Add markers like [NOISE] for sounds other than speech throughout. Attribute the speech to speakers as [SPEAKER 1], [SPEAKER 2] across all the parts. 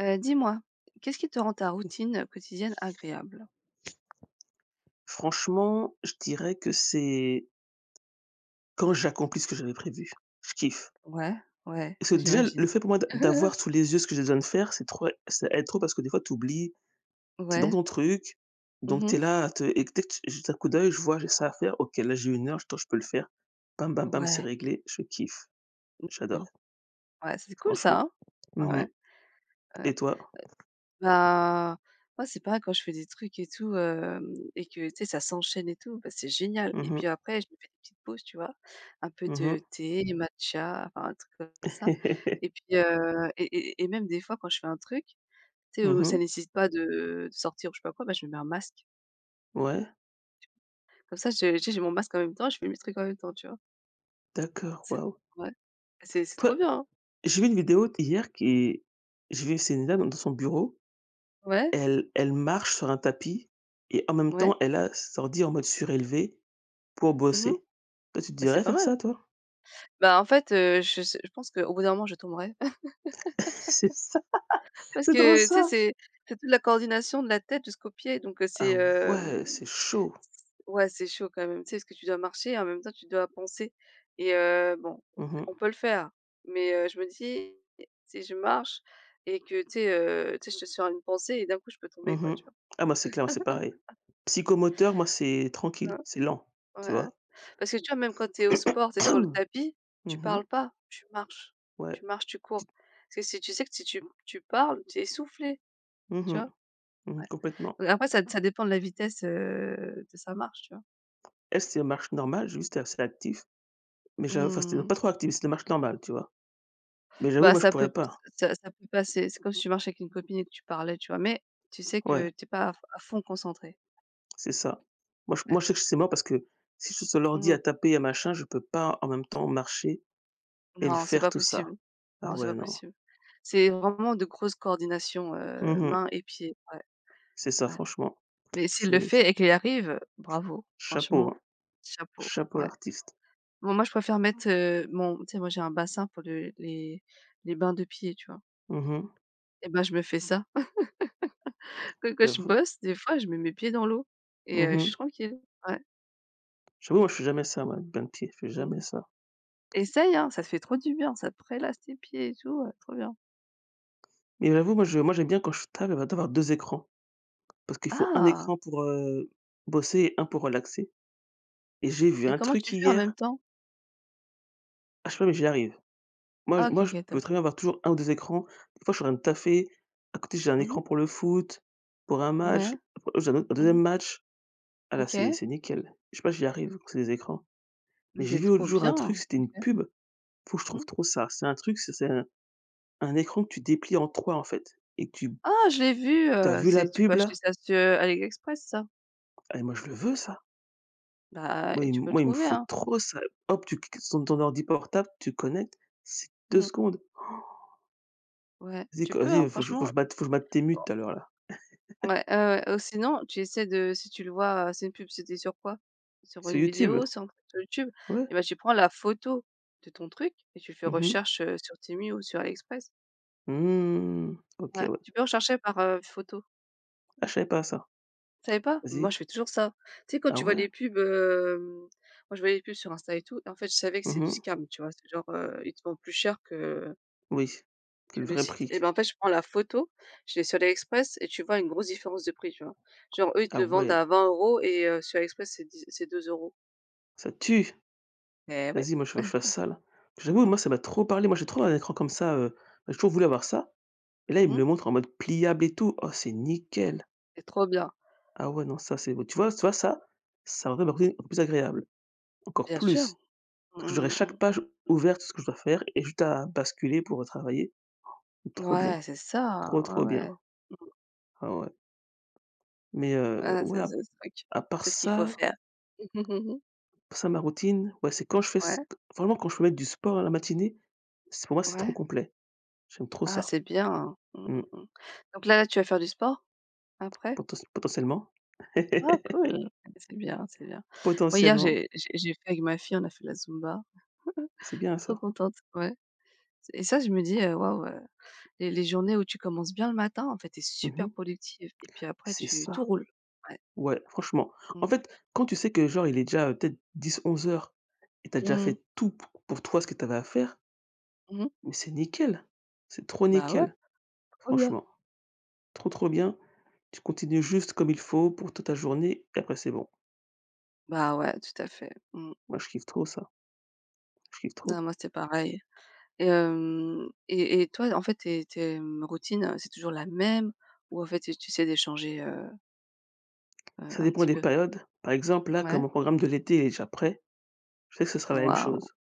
[SPEAKER 1] Dis-moi, qu'est-ce qui te rend ta routine, quotidienne agréable?
[SPEAKER 2] Franchement, je dirais que c'est quand j'accomplis ce que j'avais prévu, je kiffe.
[SPEAKER 1] Ouais, ouais,
[SPEAKER 2] Parce que déjà, le
[SPEAKER 1] j'imagine.
[SPEAKER 2] fait pour moi d'avoir sous
[SPEAKER 1] [LAUGHS]
[SPEAKER 2] les yeux ce que j'ai besoin de faire, c'est trop ça aide trop parce que des fois tu oublies, tu es dans
[SPEAKER 1] Ouais.
[SPEAKER 2] ton truc, donc tu es
[SPEAKER 1] Mmh.
[SPEAKER 2] là à te et que dès que tu jettes un coup d'œil, je vois, j'ai ça à faire, OK, là j'ai une heure, je peux le faire. Bam, bam, bam, c'est
[SPEAKER 1] Ouais,
[SPEAKER 2] réglé, je kiffe,
[SPEAKER 1] cool.
[SPEAKER 2] j'adore,
[SPEAKER 1] Ouais, c'est cool ça,
[SPEAKER 2] franchement.
[SPEAKER 1] hein? Ah
[SPEAKER 2] Mmh.
[SPEAKER 1] ouais, ouais.
[SPEAKER 2] Et toi?
[SPEAKER 1] Bah, moi, c'est pareil quand je fais des trucs et tout, hem et que, tu sais, ça s'enchaîne et tout, bah, c'est génial
[SPEAKER 2] Mmh
[SPEAKER 1] et
[SPEAKER 2] mh.
[SPEAKER 1] puis après, je me fais des petites pauses, tu vois? Un peu de
[SPEAKER 2] Mmh.
[SPEAKER 1] thé, matcha, enfin, un truc comme ça et
[SPEAKER 2] [LAUGHS]
[SPEAKER 1] puis et même des fois, quand je fais un truc, tu sais, où ça nécessite pas de sortir ou je sais pas quoi, bah, je me mets un masque.
[SPEAKER 2] Ouais,
[SPEAKER 1] Comme ça, je tu sais, j'ai mon masque en même temps, je fais mes trucs en même temps, tu vois?
[SPEAKER 2] d'accord,
[SPEAKER 1] C'est
[SPEAKER 2] waouh.
[SPEAKER 1] ouais, c'est trop
[SPEAKER 2] Toi,
[SPEAKER 1] bien, hein.
[SPEAKER 2] j'ai vu une vidéo hier qui est. j'ai vu C'est une dame dans son bureau.
[SPEAKER 1] Ouais,
[SPEAKER 2] Elle marche sur un tapis et en même
[SPEAKER 1] ouais.
[SPEAKER 2] temps, elle a son ordi en mode surélevé pour
[SPEAKER 1] Mmh.
[SPEAKER 2] bosser. Toi, tu te
[SPEAKER 1] Bah, c'est
[SPEAKER 2] dirais
[SPEAKER 1] pas
[SPEAKER 2] faire
[SPEAKER 1] mal.
[SPEAKER 2] ça, toi?
[SPEAKER 1] Bah, en fait, je sais je pense qu'au bout d'un moment, je tomberai.
[SPEAKER 2] [LAUGHS] C'est ça,
[SPEAKER 1] [LAUGHS] Parce
[SPEAKER 2] c'est trop
[SPEAKER 1] que, tu sais,
[SPEAKER 2] ça!
[SPEAKER 1] c'est toute la coordination de la tête jusqu'aux pieds donc c'est,
[SPEAKER 2] Ah ouais, c'est chaud.
[SPEAKER 1] ouais, c'est chaud quand même, tu sais? Parce que tu dois marcher et en même temps, tu dois penser et bon,
[SPEAKER 2] Mmh
[SPEAKER 1] on
[SPEAKER 2] mh.
[SPEAKER 1] peut le faire mais je me dis: «Si je marche et que, tu sais, je suis sur une pensée et d'un coup, je peux tomber, quoi»,
[SPEAKER 2] Mmh.
[SPEAKER 1] tu vois?
[SPEAKER 2] Ah moi, c'est clair, moi, c'est pareil. Psychomoteur, moi, c'est tranquille, c'est lent,
[SPEAKER 1] [LAUGHS]
[SPEAKER 2] tu
[SPEAKER 1] Ouais.
[SPEAKER 2] vois?
[SPEAKER 1] Parce que tu vois, même quand tu es au
[SPEAKER 2] [CLEARS THROAT]
[SPEAKER 1] sport, tu es sur le tapis, tu
[SPEAKER 2] Mmh.
[SPEAKER 1] parles pas, tu marches.
[SPEAKER 2] Ouais.
[SPEAKER 1] Tu marches, tu cours. Parce que si tu sais que si tu parles, tu es essoufflé,
[SPEAKER 2] Mmh
[SPEAKER 1] tu
[SPEAKER 2] mh.
[SPEAKER 1] vois?
[SPEAKER 2] Mmh,
[SPEAKER 1] Ouais.
[SPEAKER 2] complètement.
[SPEAKER 1] Donc après ça dépend de la vitesse, de sa marche, tu vois?
[SPEAKER 2] Elle, c'est marche normale, juste, c'est actif, mais j'avoue enfin, c'était
[SPEAKER 1] Mmh.
[SPEAKER 2] pas trop actif, c'était marche normale, tu vois? Mais j'avoue,
[SPEAKER 1] Bah,
[SPEAKER 2] moi, je
[SPEAKER 1] ça
[SPEAKER 2] pourrais
[SPEAKER 1] peut
[SPEAKER 2] pas.
[SPEAKER 1] ça peut passer. C'est comme si tu marchais avec une copine et que tu parlais, tu vois? Mais tu sais
[SPEAKER 2] Ouais.
[SPEAKER 1] que t'es pas à f à fond concentré.
[SPEAKER 2] C'est ça. Moi, je
[SPEAKER 1] Ouais.
[SPEAKER 2] moi, je sais que c'est mort parce que si je suis sur l'ordi
[SPEAKER 1] Mmh.
[SPEAKER 2] à taper, à machin, je peux pas en même temps marcher et le
[SPEAKER 1] Non, c'est
[SPEAKER 2] faire
[SPEAKER 1] pas
[SPEAKER 2] tout ça.
[SPEAKER 1] possible.
[SPEAKER 2] Ah
[SPEAKER 1] Non, c'est
[SPEAKER 2] ouais,
[SPEAKER 1] pas
[SPEAKER 2] non.
[SPEAKER 1] possible. C'est vraiment de grosses coordinations,
[SPEAKER 2] Mmh mh.
[SPEAKER 1] mains et pieds. Ouais,
[SPEAKER 2] C'est ça
[SPEAKER 1] ouais.
[SPEAKER 2] franchement.
[SPEAKER 1] Mais s'il le
[SPEAKER 2] C'est
[SPEAKER 1] fait et qu'il y arrive, bravo,
[SPEAKER 2] chapeau,
[SPEAKER 1] franchement,
[SPEAKER 2] hein.
[SPEAKER 1] chapeau,
[SPEAKER 2] Chapeau
[SPEAKER 1] ouais.
[SPEAKER 2] l'artiste.
[SPEAKER 1] Bon, moi, je préfère mettre, mon tu sais, moi, j'ai un bassin pour le les bains de pieds, tu vois?
[SPEAKER 2] Mmh mh.
[SPEAKER 1] Et ben, je me fais ça. [LAUGHS] Quand je
[SPEAKER 2] J'avoue.
[SPEAKER 1] bosse, des fois, je mets mes pieds dans l'eau et
[SPEAKER 2] Mmh
[SPEAKER 1] je
[SPEAKER 2] mh.
[SPEAKER 1] suis tranquille. Ouais,
[SPEAKER 2] J'avoue, moi, je fais jamais ça, moi, avec plein de pieds, je fais
[SPEAKER 1] mmh.
[SPEAKER 2] jamais ça.
[SPEAKER 1] Essaye, hein, ça te fait trop du bien, ça prélasse tes pieds et tout, trop bien.
[SPEAKER 2] Mais j'avoue, moi, j'aime bien quand je tape, d'avoir 2 écrans parce qu'il faut un
[SPEAKER 1] Ah!
[SPEAKER 2] écran pour, bosser et un pour relaxer et j'ai vu
[SPEAKER 1] Et
[SPEAKER 2] un
[SPEAKER 1] comment
[SPEAKER 2] truc
[SPEAKER 1] tu fais en même
[SPEAKER 2] hier,
[SPEAKER 1] temps?
[SPEAKER 2] ah je sais pas, mais j'y arrive. Moi j
[SPEAKER 1] Ah OK,
[SPEAKER 2] moi je
[SPEAKER 1] OK,
[SPEAKER 2] peux
[SPEAKER 1] top.
[SPEAKER 2] très bien avoir toujours un ou 2 écrans. Des fois, je suis en train de taffer, à côté j'ai un écran
[SPEAKER 1] Mmh.
[SPEAKER 2] pour le foot, pour un match,
[SPEAKER 1] Ouais.
[SPEAKER 2] après j'ai un autre un 2e
[SPEAKER 1] Mmh.
[SPEAKER 2] match. Ah là, c'est
[SPEAKER 1] OK.
[SPEAKER 2] c'est nickel. Je sais pas, si j'y arrive quand c'est des écrans.
[SPEAKER 1] Mais
[SPEAKER 2] Mais j'ai
[SPEAKER 1] c'est
[SPEAKER 2] vu l'autre
[SPEAKER 1] trop
[SPEAKER 2] jour un truc,
[SPEAKER 1] bien.
[SPEAKER 2] c'était une
[SPEAKER 1] OK.
[SPEAKER 2] pub, faut que je
[SPEAKER 1] Mmh.
[SPEAKER 2] trouve trop ça. C'est un truc, c'est un écran que tu déplies en 3 en fait et tu
[SPEAKER 1] Ah, je l'ai vu,
[SPEAKER 2] tu as vu la
[SPEAKER 1] c'est tu peux
[SPEAKER 2] pub
[SPEAKER 1] acheter
[SPEAKER 2] là?
[SPEAKER 1] ça sur AliExpress, ça?
[SPEAKER 2] Ah et moi je le veux ça.
[SPEAKER 1] Bah,
[SPEAKER 2] Moi il
[SPEAKER 1] et tu
[SPEAKER 2] m-
[SPEAKER 1] peux le
[SPEAKER 2] moi il me
[SPEAKER 1] trouver,
[SPEAKER 2] faut
[SPEAKER 1] hein.
[SPEAKER 2] trop ça. Hop, tu cliques sur ton ordi portable, tu connectes, c'est 2
[SPEAKER 1] Mmh.
[SPEAKER 2] secondes.
[SPEAKER 1] Ouais,
[SPEAKER 2] Vas-y
[SPEAKER 1] tu
[SPEAKER 2] co
[SPEAKER 1] peux, hein,
[SPEAKER 2] vas-y, faut que
[SPEAKER 1] franchement.
[SPEAKER 2] je batte faut que je batte tes mutes tout à l'heure là.
[SPEAKER 1] Ouais, ouais, ouais, ou sinon, tu essaies de si tu le vois, c'est une pub, c'était sur quoi? Sur
[SPEAKER 2] Sur
[SPEAKER 1] une
[SPEAKER 2] YouTube?
[SPEAKER 1] vidéo, sur un truc sur YouTube?
[SPEAKER 2] Ouais.
[SPEAKER 1] Et bah, tu prends la photo de ton truc et tu fais
[SPEAKER 2] Mmh.
[SPEAKER 1] recherche, sur Temu ou sur AliExpress.
[SPEAKER 2] Mmh. OK,
[SPEAKER 1] Ouais,
[SPEAKER 2] ouais.
[SPEAKER 1] tu peux rechercher par, photo.
[SPEAKER 2] Ah, je savais pas ça.
[SPEAKER 1] Tu savais pas? Moi,
[SPEAKER 2] Vas-y.
[SPEAKER 1] je fais toujours ça. Tu sais, quand
[SPEAKER 2] Ah
[SPEAKER 1] tu vois
[SPEAKER 2] ouais?
[SPEAKER 1] les pubs, moi, je vois les pubs sur Insta et tout et en fait, je savais que
[SPEAKER 2] Mmh
[SPEAKER 1] c'est du
[SPEAKER 2] mh.
[SPEAKER 1] scam, tu vois? C'est genre, ils te vendent plus cher que
[SPEAKER 2] Oui, que
[SPEAKER 1] Que
[SPEAKER 2] le
[SPEAKER 1] le
[SPEAKER 2] vrai
[SPEAKER 1] site
[SPEAKER 2] prix.
[SPEAKER 1] et ben, en fait, je prends la photo, je l'ai sur AliExpress et tu vois une grosse différence de prix, tu vois? Genre eux, ils te
[SPEAKER 2] Ah
[SPEAKER 1] le vendent
[SPEAKER 2] ouais,
[SPEAKER 1] à 20 euros et sur AliExpress, c'est dix c'est 2 euros.
[SPEAKER 2] ça tue!
[SPEAKER 1] Eh ouais.
[SPEAKER 2] Vas-y, moi, je faut que je fasse ça, là. J'avoue, moi, ça
[SPEAKER 1] [LAUGHS]
[SPEAKER 2] m'a trop parlé. Moi, j'ai trop un écran comme ça, j'ai toujours voulu avoir ça et là, il
[SPEAKER 1] Mmh
[SPEAKER 2] me
[SPEAKER 1] mh.
[SPEAKER 2] le montre en mode pliable et tout. Oh, c'est nickel!
[SPEAKER 1] C'est trop bien.
[SPEAKER 2] Ah ouais, non, ça, c'est beau. Tu vois ça, ça rendrait ma routine encore plus agréable, encore
[SPEAKER 1] Bien sûr.
[SPEAKER 2] plus,
[SPEAKER 1] Mmh
[SPEAKER 2] parce que j'aurais
[SPEAKER 1] mh, mmh.
[SPEAKER 2] chaque page ouverte, ce que je dois faire et juste à basculer pour, travailler. Trop bien,
[SPEAKER 1] Ouais, c'est ça,
[SPEAKER 2] trop,
[SPEAKER 1] hein.
[SPEAKER 2] trop
[SPEAKER 1] Ouais,
[SPEAKER 2] bien.
[SPEAKER 1] ouais.
[SPEAKER 2] Ah ouais mais
[SPEAKER 1] Ah,
[SPEAKER 2] ouais,
[SPEAKER 1] c'est
[SPEAKER 2] à
[SPEAKER 1] ce truc.
[SPEAKER 2] à part
[SPEAKER 1] C'est ce qu'il faut
[SPEAKER 2] ça.
[SPEAKER 1] faire. [LAUGHS]
[SPEAKER 2] Pour ça, ma routine, ouais, c'est quand je fais c
[SPEAKER 1] Ouais,
[SPEAKER 2] vraiment quand je peux mettre du sport à la matinée, c'est pour moi, c'est trop
[SPEAKER 1] ouais.
[SPEAKER 2] complet. J'aime trop
[SPEAKER 1] Ah,
[SPEAKER 2] ça.
[SPEAKER 1] c'est bien. Mmh
[SPEAKER 2] Mmh.
[SPEAKER 1] mh, mmh. Donc tu vas faire du sport après?
[SPEAKER 2] Potentiellement. [LAUGHS]
[SPEAKER 1] Ah cool. Ouais, c'est bien, c'est bien. Moi, hier,
[SPEAKER 2] Potentiellement,
[SPEAKER 1] j'ai fait avec ma fille, on a fait la Zumba. [LAUGHS]
[SPEAKER 2] c'est bien
[SPEAKER 1] Trop
[SPEAKER 2] ça.
[SPEAKER 1] contente, ouais. Et ça, je me dis, «Waouh, les journées où tu commences bien le matin, en fait, t'es super
[SPEAKER 2] Mmh.
[SPEAKER 1] productive et puis après
[SPEAKER 2] C'est
[SPEAKER 1] tu
[SPEAKER 2] ça.
[SPEAKER 1] tout roule». Ouais.
[SPEAKER 2] Ouais, franchement. En
[SPEAKER 1] Mmh.
[SPEAKER 2] fait, quand tu sais que genre il est déjà, peut-être dix onze heures et t'as déjà
[SPEAKER 1] Mmh.
[SPEAKER 2] fait tout p pour toi ce que t'avais à faire,
[SPEAKER 1] Mmh.
[SPEAKER 2] mais c'est nickel. C'est trop
[SPEAKER 1] Bah, ouais,
[SPEAKER 2] nickel,
[SPEAKER 1] trop bien.
[SPEAKER 2] franchement. Trop, trop bien. Tu continues juste comme il faut pour toute ta journée et après c'est bon.
[SPEAKER 1] Bah, ouais, tout à fait. Mmh.
[SPEAKER 2] Moi, je kiffe trop ça. Je kiffe trop.
[SPEAKER 1] Non, moi, c'était pareil et et toi, en fait, mmh, routines, c'est toujours la même ou en fait, tu essaies d'échanger,
[SPEAKER 2] Ça
[SPEAKER 1] un
[SPEAKER 2] dépend
[SPEAKER 1] petit
[SPEAKER 2] des
[SPEAKER 1] peu?
[SPEAKER 2] périodes. Par exemple, là, comme
[SPEAKER 1] Ouais?
[SPEAKER 2] mon programme de l'été, est déjà prêt, je sais que ce sera la même
[SPEAKER 1] Waouh!
[SPEAKER 2] chose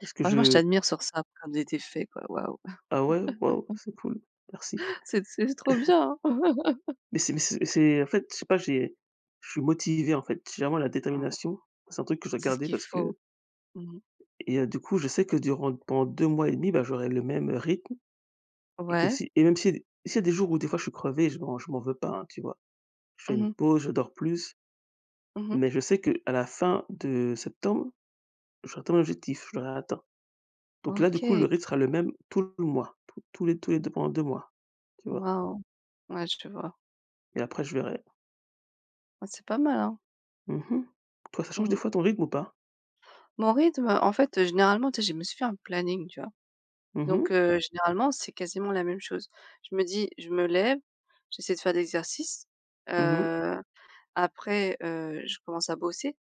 [SPEAKER 2] parce que
[SPEAKER 1] Franchement, je
[SPEAKER 2] je
[SPEAKER 1] t'admire sur ça, comme de tes fait quoi. Waouh!
[SPEAKER 2] ah ouais, waouh, c'est cool, merci.
[SPEAKER 1] [LAUGHS] C'est trop bien, hein.
[SPEAKER 2] Mais c'est en fait, je sais pas, j'ai je suis motivé, en fait. J'ai vraiment la
[SPEAKER 1] Mmh.
[SPEAKER 2] détermination. C'est un truc que je dois
[SPEAKER 1] C'est ce
[SPEAKER 2] garder
[SPEAKER 1] qu'il
[SPEAKER 2] parce que
[SPEAKER 1] faut. Mmh.
[SPEAKER 2] et du coup, je sais que durant pendant 2 mois et demi, bah, j'aurai le même, rythme et que
[SPEAKER 1] Ouais.
[SPEAKER 2] si et même si s'il y a des jours où des fois je suis crevé, je m'en veux pas, hein, tu vois? Je fais
[SPEAKER 1] Mmh
[SPEAKER 2] une
[SPEAKER 1] mh.
[SPEAKER 2] pause, je dors plus,
[SPEAKER 1] Mmh.
[SPEAKER 2] mais je sais que à la fin de septembre, j'aurai atteint mon objectif, je l'aurai atteint. Donc là, du coup,
[SPEAKER 1] OK.
[SPEAKER 2] le rythme sera le même tout le mois, tous les 2 pendant 2 mois, tu vois?
[SPEAKER 1] Waouh! Ouais, je vois.
[SPEAKER 2] Et après, je verrai.
[SPEAKER 1] Ouais, c'est pas mal, hein?
[SPEAKER 2] Mmh mh. Toi, ça change des
[SPEAKER 1] Mmh.
[SPEAKER 2] fois ton rythme ou pas?
[SPEAKER 1] Mon rythme, en fait, généralement, tu sais, je me suis fait un planning, tu vois?
[SPEAKER 2] Mmh
[SPEAKER 1] Donc
[SPEAKER 2] mh.
[SPEAKER 1] généralement, c'est quasiment la même chose. Je me dis: «Je me lève, j'essaie de faire des exercices,
[SPEAKER 2] Mmh mh.
[SPEAKER 1] heu, après, je commence à bosser»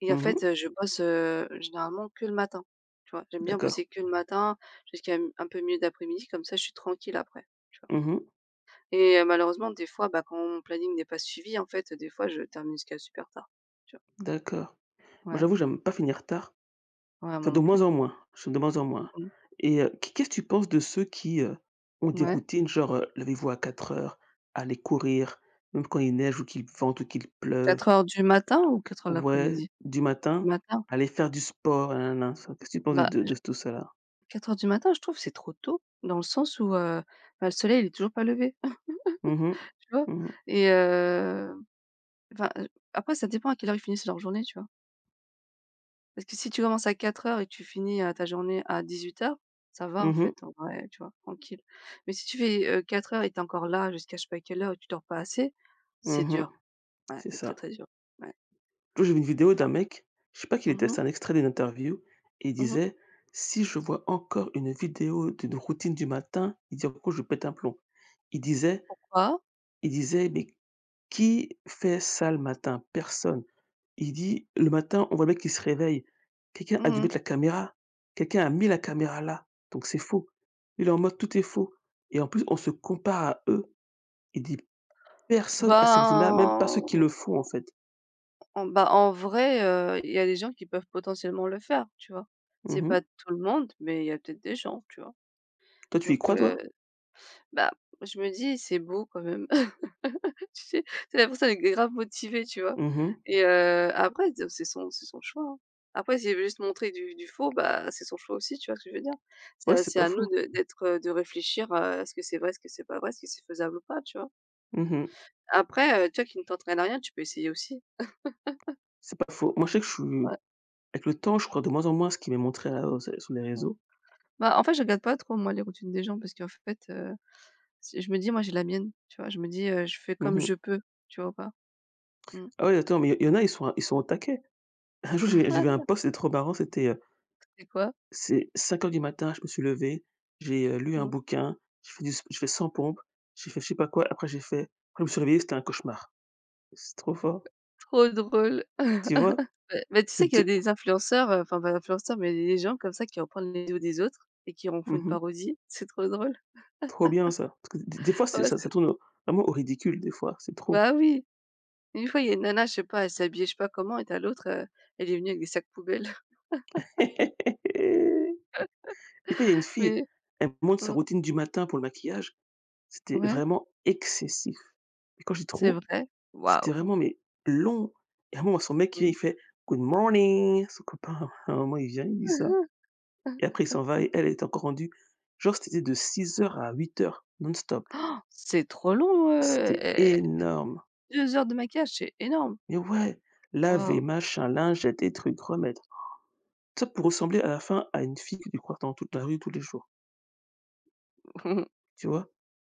[SPEAKER 1] et en
[SPEAKER 2] Mmh mh.
[SPEAKER 1] fait, je bosse, généralement que le matin, tu vois? J'aime bien
[SPEAKER 2] D'accord.
[SPEAKER 1] bosser que le matin jusqu'à m un peu milieu d'après-midi, comme ça je suis tranquille après, tu vois?
[SPEAKER 2] Mmh mh.
[SPEAKER 1] Et malheureusement, des fois, bah, quand mon planning n'est pas suivi, en fait, des fois, je termine jusqu'à super tard, tu
[SPEAKER 2] D'accord.
[SPEAKER 1] vois?
[SPEAKER 2] Moi,
[SPEAKER 1] Ouais.
[SPEAKER 2] j'avoue, j'aime pas finir tard.
[SPEAKER 1] Ouais,
[SPEAKER 2] Enfin,
[SPEAKER 1] moi
[SPEAKER 2] de
[SPEAKER 1] non
[SPEAKER 2] moins
[SPEAKER 1] plus.
[SPEAKER 2] en moins, je de moins en
[SPEAKER 1] Mmh
[SPEAKER 2] moins.
[SPEAKER 1] mh.
[SPEAKER 2] Et qu'est-ce que tu penses de ceux qui, ont des
[SPEAKER 1] Ouais.
[SPEAKER 2] routines genre, levez-vous à 4 heures, allez courir, même quand il neige ou qu'il vente ou qu'il pleuve,
[SPEAKER 1] 4h du matin ou 4h de
[SPEAKER 2] ouais,
[SPEAKER 1] l'après-midi?
[SPEAKER 2] du
[SPEAKER 1] Du
[SPEAKER 2] matin,
[SPEAKER 1] matin.
[SPEAKER 2] aller faire du sport, na na na. Ça, qu'est-ce que tu penses de
[SPEAKER 1] Bah,
[SPEAKER 2] de de tout cela?
[SPEAKER 1] 4 heures du matin, je trouve c'est trop tôt dans le sens où, bah, le soleil il est toujours pas levé, [LAUGHS]
[SPEAKER 2] Mmh mh.
[SPEAKER 1] tu vois?
[SPEAKER 2] Mmh mh.
[SPEAKER 1] Et enfin, après ça dépend à quelle heure ils finissent leur journée, tu vois? Parce que si tu commences à 4 heures et que tu finis, ta journée à 18 heures ça va en
[SPEAKER 2] Mmh mh.
[SPEAKER 1] fait, en vrai, tu vois? Tranquille. Mais si tu fais, 4 heures et tu es encore là jusqu'à je sais pas quelle heure et que tu dors pas assez, c'est
[SPEAKER 2] Mmh mh.
[SPEAKER 1] dur. Ouais,
[SPEAKER 2] C'est
[SPEAKER 1] c'est très,
[SPEAKER 2] ça.
[SPEAKER 1] très dur. Ouais.
[SPEAKER 2] L'autre jour, j'ai vu une vidéo d'un mec, je sais pas qu'il
[SPEAKER 1] Mmh
[SPEAKER 2] était
[SPEAKER 1] mh.
[SPEAKER 2] c'est un extrait d'une interview et il
[SPEAKER 1] Mmh mh.
[SPEAKER 2] disait: «Si je vois encore une vidéo d'une routine du matin», il dit: «En gros, je pète un plomb». Il disait
[SPEAKER 1] Pourquoi?
[SPEAKER 2] il disait: «Mais qui fait ça le matin? Personne». Il dit: «Le matin, on voit le mec qui se réveille. Quelqu'un a
[SPEAKER 1] Mmh
[SPEAKER 2] dû mettre la
[SPEAKER 1] mh.
[SPEAKER 2] caméra. Quelqu'un a mis la caméra là, donc c'est faux». Il est en mode: «Tout est faux» et en plus, on se compare à eux. Il dit: «Personne a ces routines-là, même
[SPEAKER 1] Bah
[SPEAKER 2] pas ceux qui le font, en fait».
[SPEAKER 1] en vrai, il y a des gens qui peuvent potentiellement le faire, tu vois?
[SPEAKER 2] Mmh
[SPEAKER 1] C'est pas
[SPEAKER 2] mh.
[SPEAKER 1] tout le monde, mais il y a peut-être des gens, tu vois?
[SPEAKER 2] Toi, tu y
[SPEAKER 1] Donc
[SPEAKER 2] crois, toi?
[SPEAKER 1] bah, je me dis: «C'est beau quand même». [LAUGHS] Tu sais? C'est sais, la personne est grave motivée, tu vois?
[SPEAKER 2] Mmh mh.
[SPEAKER 1] Et après de c'est son choix, hein. Après s'il veut juste montrer du faux, bah, c'est son choix aussi, tu vois ce que je veux dire? C'est
[SPEAKER 2] Ouais,
[SPEAKER 1] à
[SPEAKER 2] c'est pas
[SPEAKER 1] nous
[SPEAKER 2] faux.
[SPEAKER 1] de d'être, de réfléchir à ce que c'est vrai, ce que c'est pas vrai, ce que c'est faisable ou pas, tu vois?
[SPEAKER 2] Mmh mh.
[SPEAKER 1] Après, toi qui ne t'entraînes à rien, tu peux essayer aussi.
[SPEAKER 2] C'est pas faux. Moi, je sais que je suis
[SPEAKER 1] Ouais.
[SPEAKER 2] avec le temps, je crois de moins en moins ce qui m'est montré à sur les réseaux.
[SPEAKER 1] Bah, en fait, je regarde pas trop moi les routines des gens parce qu'en fait, c'est je me dis moi j'ai la mienne, tu vois? Je me dis, «Je fais
[SPEAKER 2] Mmh
[SPEAKER 1] comme
[SPEAKER 2] mh.
[SPEAKER 1] je peux», tu vois ou pas? Mmh.
[SPEAKER 2] Ah ouais, attends, mais il y en a, ils sont au taquet. Un jour, j'ai vu un
[SPEAKER 1] [LAUGHS]
[SPEAKER 2] post, c'était trop marrant, c'était,
[SPEAKER 1] C'est quoi?
[SPEAKER 2] c'est 5 heures du matin, je me suis levé, j'ai, lu un
[SPEAKER 1] Mmh,
[SPEAKER 2] bouquin, j'ai fait 100 pompes, j'ai fait je sais pas quoi, après j'ai fait après je me suis réveillé, c'était un cauchemar. C'est trop fort.
[SPEAKER 1] trop drôle.
[SPEAKER 2] Tu vois?
[SPEAKER 1] Mais beh, tu
[SPEAKER 2] Que
[SPEAKER 1] sais qu'il y a
[SPEAKER 2] t
[SPEAKER 1] des influenceurs, enfin pas des influenceurs, mais des gens comme ça qui reprennent les vidéos des autres et qui en
[SPEAKER 2] Mmh
[SPEAKER 1] font une
[SPEAKER 2] mh.
[SPEAKER 1] parodie. [LAUGHS] C'est trop drôle.
[SPEAKER 2] Trop bien ça. Parce que des fois, c'est
[SPEAKER 1] Ouais,
[SPEAKER 2] ça ça
[SPEAKER 1] c'est
[SPEAKER 2] tourne au vraiment au ridicule des fois, c'est trop.
[SPEAKER 1] bah oui, une fois il y a une nana, je sais pas, elle s'habillait je sais pas comment et à l'autre, elle est venue avec des sacs poubelles.
[SPEAKER 2] [LAUGHS] Des fois, il y a une
[SPEAKER 1] [LAUGHS]
[SPEAKER 2] fille,
[SPEAKER 1] Mais
[SPEAKER 2] elle me montre sa
[SPEAKER 1] mmh,
[SPEAKER 2] routine du matin pour le maquillage, c'était
[SPEAKER 1] ouais,
[SPEAKER 2] vraiment excessif. Et quand je dis
[SPEAKER 1] c'est
[SPEAKER 2] trop,
[SPEAKER 1] vrai.
[SPEAKER 2] c'était
[SPEAKER 1] Waouh!
[SPEAKER 2] vraiment, mais long. Et à un moment, son mec, il vient,
[SPEAKER 1] Mmh.
[SPEAKER 2] il fait: «Good morning», son copain, [LAUGHS] à un moment, il vient, il dit ça
[SPEAKER 1] [LAUGHS]
[SPEAKER 2] et après il s'en va et elle, elle était encore rendue. Genre, c'était de 6 heures à 8 heures non-stop.
[SPEAKER 1] C'est trop long, heu.
[SPEAKER 2] C'était énorme.
[SPEAKER 1] 2 heures de maquillage, c'est énorme!
[SPEAKER 2] Mais ouais, laver,
[SPEAKER 1] Waouh!
[SPEAKER 2] machin, lingette, des trucs, remettre. Tout ça pour ressembler à la fin à une fille que tu croises dans toute la rue tous les jours,
[SPEAKER 1] [LAUGHS]
[SPEAKER 2] tu vois?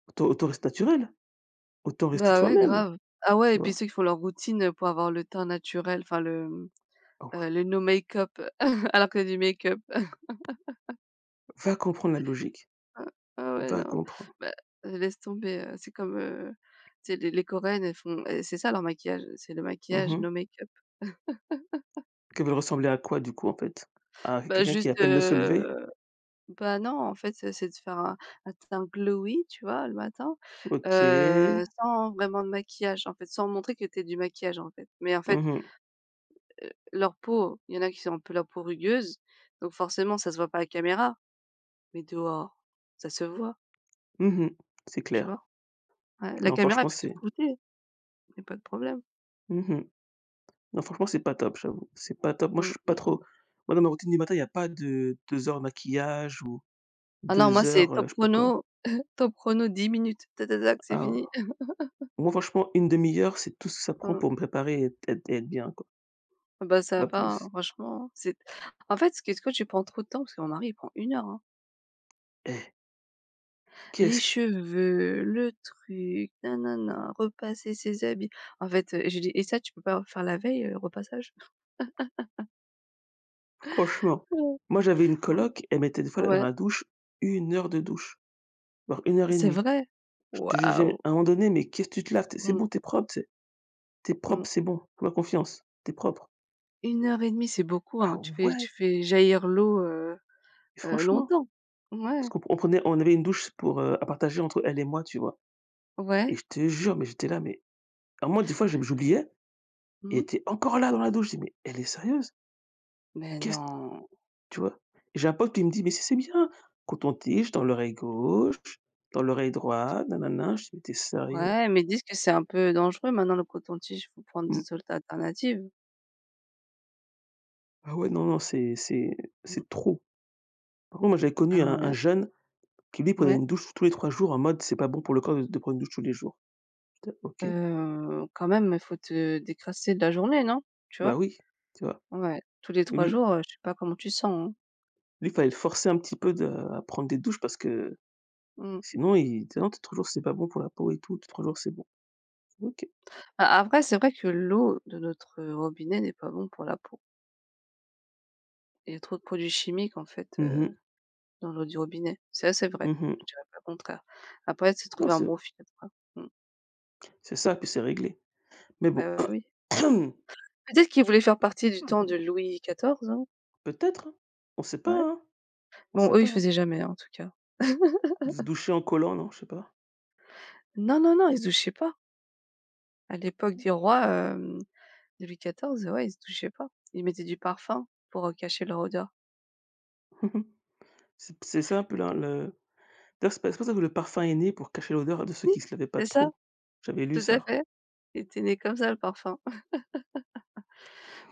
[SPEAKER 2] Autant rester naturel, autant rester
[SPEAKER 1] Bah, ouais,
[SPEAKER 2] toi-même,
[SPEAKER 1] grave. Ah ouais
[SPEAKER 2] tu
[SPEAKER 1] et puis
[SPEAKER 2] vois?
[SPEAKER 1] ceux qui font leur routine, pour avoir le teint naturel, enfin le, mmh,
[SPEAKER 2] Ah ouais.
[SPEAKER 1] le no make-up. [LAUGHS] Alors que y du make-up. [LAUGHS]
[SPEAKER 2] Va comprendre la logique,
[SPEAKER 1] Ah ouais,
[SPEAKER 2] va
[SPEAKER 1] non,
[SPEAKER 2] comprendre.
[SPEAKER 1] bah, laisse tomber, c'est comme, tu sais les coréennes, elles font et c'est ça leur maquillage, c'est le
[SPEAKER 2] Mmh
[SPEAKER 1] maquillage
[SPEAKER 2] mh.
[SPEAKER 1] no make-up.
[SPEAKER 2] Qu'elle veut ressembler à quoi du coup, en fait? À
[SPEAKER 1] Bah,
[SPEAKER 2] quelqu'un qui est à
[SPEAKER 1] juste,
[SPEAKER 2] peine de se lever?
[SPEAKER 1] bah, non, en fait, c'est de faire un teint glowy, tu vois, le matin,
[SPEAKER 2] OK. Mmh
[SPEAKER 1] sans vraiment de maquillage, en fait, sans montrer que t'es du maquillage, en fait. Mais en fait
[SPEAKER 2] mh.
[SPEAKER 1] leur peau, il y en a qui ont un peu la peau rugueuse, donc forcément ça se voit pas à la caméra, mais dehors, ça se voit,
[SPEAKER 2] Mmh. C'est
[SPEAKER 1] tu vois?
[SPEAKER 2] clair.
[SPEAKER 1] Ouais, la
[SPEAKER 2] Non
[SPEAKER 1] caméra
[SPEAKER 2] franchement
[SPEAKER 1] elle peut te
[SPEAKER 2] c'est
[SPEAKER 1] flouter, il y a pas de problème.
[SPEAKER 2] mmh Non franchement c'est pas top, j'avoue. C'est pas top. Moi je
[SPEAKER 1] Mmh,
[SPEAKER 2] suis pas
[SPEAKER 1] mmh, mmh.
[SPEAKER 2] trop Moi dans ma routine du matin, il y a pas de 2 heures de maquillage ou
[SPEAKER 1] Ah non, moi
[SPEAKER 2] 2
[SPEAKER 1] c'est
[SPEAKER 2] heures, je
[SPEAKER 1] top
[SPEAKER 2] sais pas quoi.
[SPEAKER 1] chrono, [LAUGHS] top chrono 10 minutes, ta ta tac, c'est fini.
[SPEAKER 2] Ah, moi franchement une demi heure, c'est tout ce que ça prend
[SPEAKER 1] Mmh.
[SPEAKER 2] pour me préparer et être bien quoi,
[SPEAKER 1] Ah bah, ça
[SPEAKER 2] pas
[SPEAKER 1] va,
[SPEAKER 2] plus.
[SPEAKER 1] hein, franchement, c'est en fait, qu'est-ce que tu prends trop de temps? Parce que mon mari il prend 1 heure, hein.
[SPEAKER 2] Eh,
[SPEAKER 1] Les
[SPEAKER 2] qu'est-ce qui
[SPEAKER 1] cheveux, le truc, na na repasser ses habits. En fait, je lui dis: «Et ça, tu peux pas faire la veille, le repassage?»
[SPEAKER 2] franchement,
[SPEAKER 1] Mmh.
[SPEAKER 2] moi j'avais une coloc, elle mettait des fois là dans
[SPEAKER 1] Ouais.
[SPEAKER 2] la douche 1 heure de douche. Genre une heure et
[SPEAKER 1] C'est
[SPEAKER 2] demie.
[SPEAKER 1] vrai?
[SPEAKER 2] Je te jure,
[SPEAKER 1] Waouh!
[SPEAKER 2] j'ai à un moment donné, mais qu'est-ce que tu te laves? Tu C'est
[SPEAKER 1] Mmh,
[SPEAKER 2] bon, t'es propre, t'es es
[SPEAKER 1] mmh.
[SPEAKER 2] propre, c'est bon, fais-moi confiance, t'es propre.
[SPEAKER 1] 1 heure et demie, c'est beaucoup, hein.
[SPEAKER 2] Ah
[SPEAKER 1] Tu fais
[SPEAKER 2] ouais,
[SPEAKER 1] tu fais jaillir l'eau,
[SPEAKER 2] mais franchement,
[SPEAKER 1] longtemps.
[SPEAKER 2] parce
[SPEAKER 1] Ouais,
[SPEAKER 2] qu'on prenait on avait une douche pour, à partager entre elle et moi, tu vois? Et
[SPEAKER 1] ouais.
[SPEAKER 2] je te jure, mais j'étais là, mais à un des fois, je j'oubliais et elle
[SPEAKER 1] Mmh.
[SPEAKER 2] était encore là dans la douche. Je dis: «Mais elle est sérieuse?
[SPEAKER 1] Mais
[SPEAKER 2] Qu'est-ce»
[SPEAKER 1] non.
[SPEAKER 2] tu vois? Et j'ai un pote qui me dit: «Mais si, c'est bien, coton-tige dans l'oreille gauche, dans l'oreille droite, nanana». Je dis: «Mais tu sérieux?»
[SPEAKER 1] Ouais, mais ils disent que c'est un peu dangereux maintenant le coton-tige, faut prendre
[SPEAKER 2] Mmh.
[SPEAKER 1] des autres alternatives.
[SPEAKER 2] Ah ouais, non, non, c'est c'est
[SPEAKER 1] Mmh.
[SPEAKER 2] c'est trop. Par contre, moi, j'avais
[SPEAKER 1] Ah
[SPEAKER 2] connu un
[SPEAKER 1] ouais,
[SPEAKER 2] jeune qui lui prenait
[SPEAKER 1] ouais.
[SPEAKER 2] une douche tous les 3 jours en mode: «C'est pas bon pour le corps de prendre une douche tous les jours». J'étais: «OK,
[SPEAKER 1] Quand même, il faut te décrasser de la journée, non? Tu
[SPEAKER 2] bah,
[SPEAKER 1] vois?
[SPEAKER 2] oui», tu vois?
[SPEAKER 1] Ouais, tous les 3
[SPEAKER 2] Lui
[SPEAKER 1] jours, je sais pas comment tu sens, hein.
[SPEAKER 2] lui, fallait le forcer un petit peu de à prendre des douches parce que
[SPEAKER 1] Mmh.
[SPEAKER 2] sinon il disait: «Non, tous les trois jours, c'est pas bon pour la peau et tout, tous les 3 jours, c'est bon». OK.
[SPEAKER 1] A après, c'est vrai que l'eau de notre robinet n'est pas bon pour la peau. Il y a trop de produits chimiques en fait,
[SPEAKER 2] Mmh mh.
[SPEAKER 1] dans l'eau du robinet. Ça, c'est vrai,
[SPEAKER 2] Mmh
[SPEAKER 1] je
[SPEAKER 2] mh.
[SPEAKER 1] dirais pas le contraire. Après, c'est
[SPEAKER 2] Non,
[SPEAKER 1] trouver un
[SPEAKER 2] c'est
[SPEAKER 1] bon filtre, hein. Mmh.
[SPEAKER 2] c'est ça, puis c'est réglé. Mais bon,
[SPEAKER 1] Bah, oui.
[SPEAKER 2] [CLEARS THROAT] mmh
[SPEAKER 1] Peut-être qu'ils voulaient faire partie du temps
[SPEAKER 2] mh,
[SPEAKER 1] de Louis quatorze, hein?
[SPEAKER 2] peut-être, hein? On sait pas,
[SPEAKER 1] Ouais.
[SPEAKER 2] hein? On
[SPEAKER 1] Bon,
[SPEAKER 2] sait
[SPEAKER 1] eux, ils
[SPEAKER 2] pas, hein?
[SPEAKER 1] faisaient jamais, hein, en tout cas.
[SPEAKER 2] De se doucher en collant, non, je sais pas.
[SPEAKER 1] Non, non, non, ils se douchaient pas. À l'époque des rois, de Louis quatorze, ouais, ils se douchaient pas. Ils mettaient du parfum pour, cacher leur odeur.
[SPEAKER 2] [LAUGHS] C'est ça un peu la le d'ailleurs, c'est pas c'est pour ça que le parfum est né pour cacher l'odeur de ceux
[SPEAKER 1] Si,
[SPEAKER 2] qui se lavaient pas
[SPEAKER 1] c'est ça,
[SPEAKER 2] trop. J'avais lu
[SPEAKER 1] tout à
[SPEAKER 2] ça.
[SPEAKER 1] fait. Il était né comme ça, le parfum,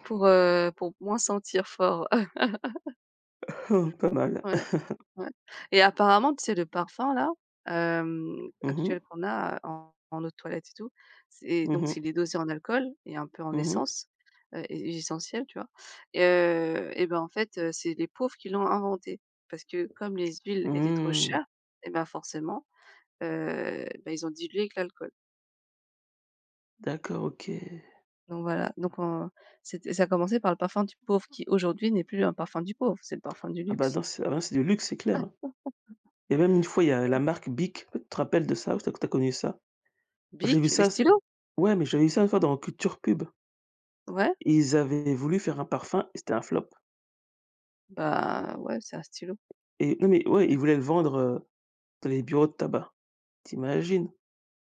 [SPEAKER 1] pour moins sentir fort. [LAUGHS]
[SPEAKER 2] [LAUGHS] Pas mal.
[SPEAKER 1] Ouais. Ouais et apparemment, tu sais, le parfum là,
[SPEAKER 2] Mmh mh.
[SPEAKER 1] actuel qu'on a, en eau de toilette et tout, c'est
[SPEAKER 2] Mmh
[SPEAKER 1] donc
[SPEAKER 2] mh.
[SPEAKER 1] s'il est dosé en alcool et un peu en
[SPEAKER 2] Mmh mh.
[SPEAKER 1] essence, et essentiel, tu vois? Et ben, en fait, c'est les pauvres qui l'ont inventé parce que comme les huiles étaient trop
[SPEAKER 2] Mmh.
[SPEAKER 1] chères et ben, forcément, bah, ils ont dilué avec l'alcool.
[SPEAKER 2] D'accord, OK.
[SPEAKER 1] Donc voilà, donc on c'était ça a commencé par le parfum du pauvre qui aujourd'hui n'est plus un parfum du pauvre, c'est le parfum du
[SPEAKER 2] Ah bah,
[SPEAKER 1] luxe.
[SPEAKER 2] attends, c'est ah bah, c'est du luxe, c'est clair, hein. Et même une fois, il y a la marque Bic, tu te rappelles de ça? Ou tu as connu ça? Moi, J'ai vu
[SPEAKER 1] BIC, les
[SPEAKER 2] ça c
[SPEAKER 1] stylos,
[SPEAKER 2] ouais, mais j'avais vu ça une fois dans Culture Pub.
[SPEAKER 1] ouais,
[SPEAKER 2] Ils avaient voulu faire un parfum et c'était un flop.
[SPEAKER 1] bah, ouais, c'est un stylo.
[SPEAKER 2] Et non, mais ouais, ils voulaient le vendre, dans les bureaux de tabac. Tu imagines?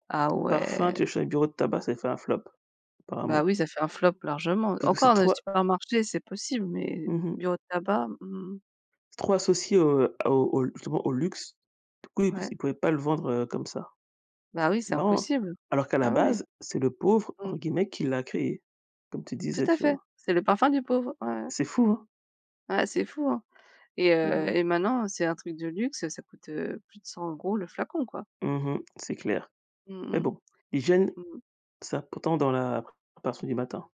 [SPEAKER 1] Ah
[SPEAKER 2] Ton parfum,
[SPEAKER 1] ouais,
[SPEAKER 2] tu l'achètes dans les bureaux de tabac, ça fait un flop
[SPEAKER 1] bah
[SPEAKER 2] apparemment.
[SPEAKER 1] oui, ça fait un flop largement.
[SPEAKER 2] Parce que c'est
[SPEAKER 1] Encore dans le
[SPEAKER 2] trop a
[SPEAKER 1] supermarché, c'est possible, mais
[SPEAKER 2] mmh mh,
[SPEAKER 1] bureau de tabac, mmh,
[SPEAKER 2] c'est trop associé au, justement au luxe. Du coup, ils p
[SPEAKER 1] ouais.
[SPEAKER 2] ils pouvaient pas le vendre, comme ça.
[SPEAKER 1] Bah oui,
[SPEAKER 2] C'est
[SPEAKER 1] c'est
[SPEAKER 2] marrant.
[SPEAKER 1] impossible.
[SPEAKER 2] Alors qu'à la
[SPEAKER 1] Ah oui,
[SPEAKER 2] base, c'est le «pauvre»
[SPEAKER 1] mmh,
[SPEAKER 2] entre guillemets qui l'a créé, comme tu
[SPEAKER 1] tout
[SPEAKER 2] disais,
[SPEAKER 1] à
[SPEAKER 2] tu
[SPEAKER 1] fait.
[SPEAKER 2] vois?
[SPEAKER 1] C'est le parfum du pauvre. Ouais, ouais.
[SPEAKER 2] C'est fou, hein?
[SPEAKER 1] Ah, c'est fou, hein
[SPEAKER 2] Mais bon.
[SPEAKER 1] et maintenant, c'est un truc de luxe, ça coûte, plus de 100 € le flacon, quoi.
[SPEAKER 2] Mmh. C'est clair.
[SPEAKER 1] Mmh
[SPEAKER 2] Mais
[SPEAKER 1] mh.
[SPEAKER 2] bon, l'hygiène,
[SPEAKER 1] Mmh.
[SPEAKER 2] ça pourtant dans la préparation du matin.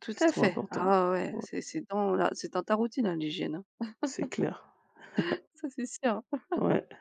[SPEAKER 1] Tout
[SPEAKER 2] C'est
[SPEAKER 1] à
[SPEAKER 2] trop
[SPEAKER 1] fait.
[SPEAKER 2] important.
[SPEAKER 1] Ah ouais, ouais,
[SPEAKER 2] Ouais,
[SPEAKER 1] c'est dans la c'est dans ta routine, hein, l'hygiène, hein.
[SPEAKER 2] c'est clair.
[SPEAKER 1] Ça, c'est sûr.
[SPEAKER 2] Ouais.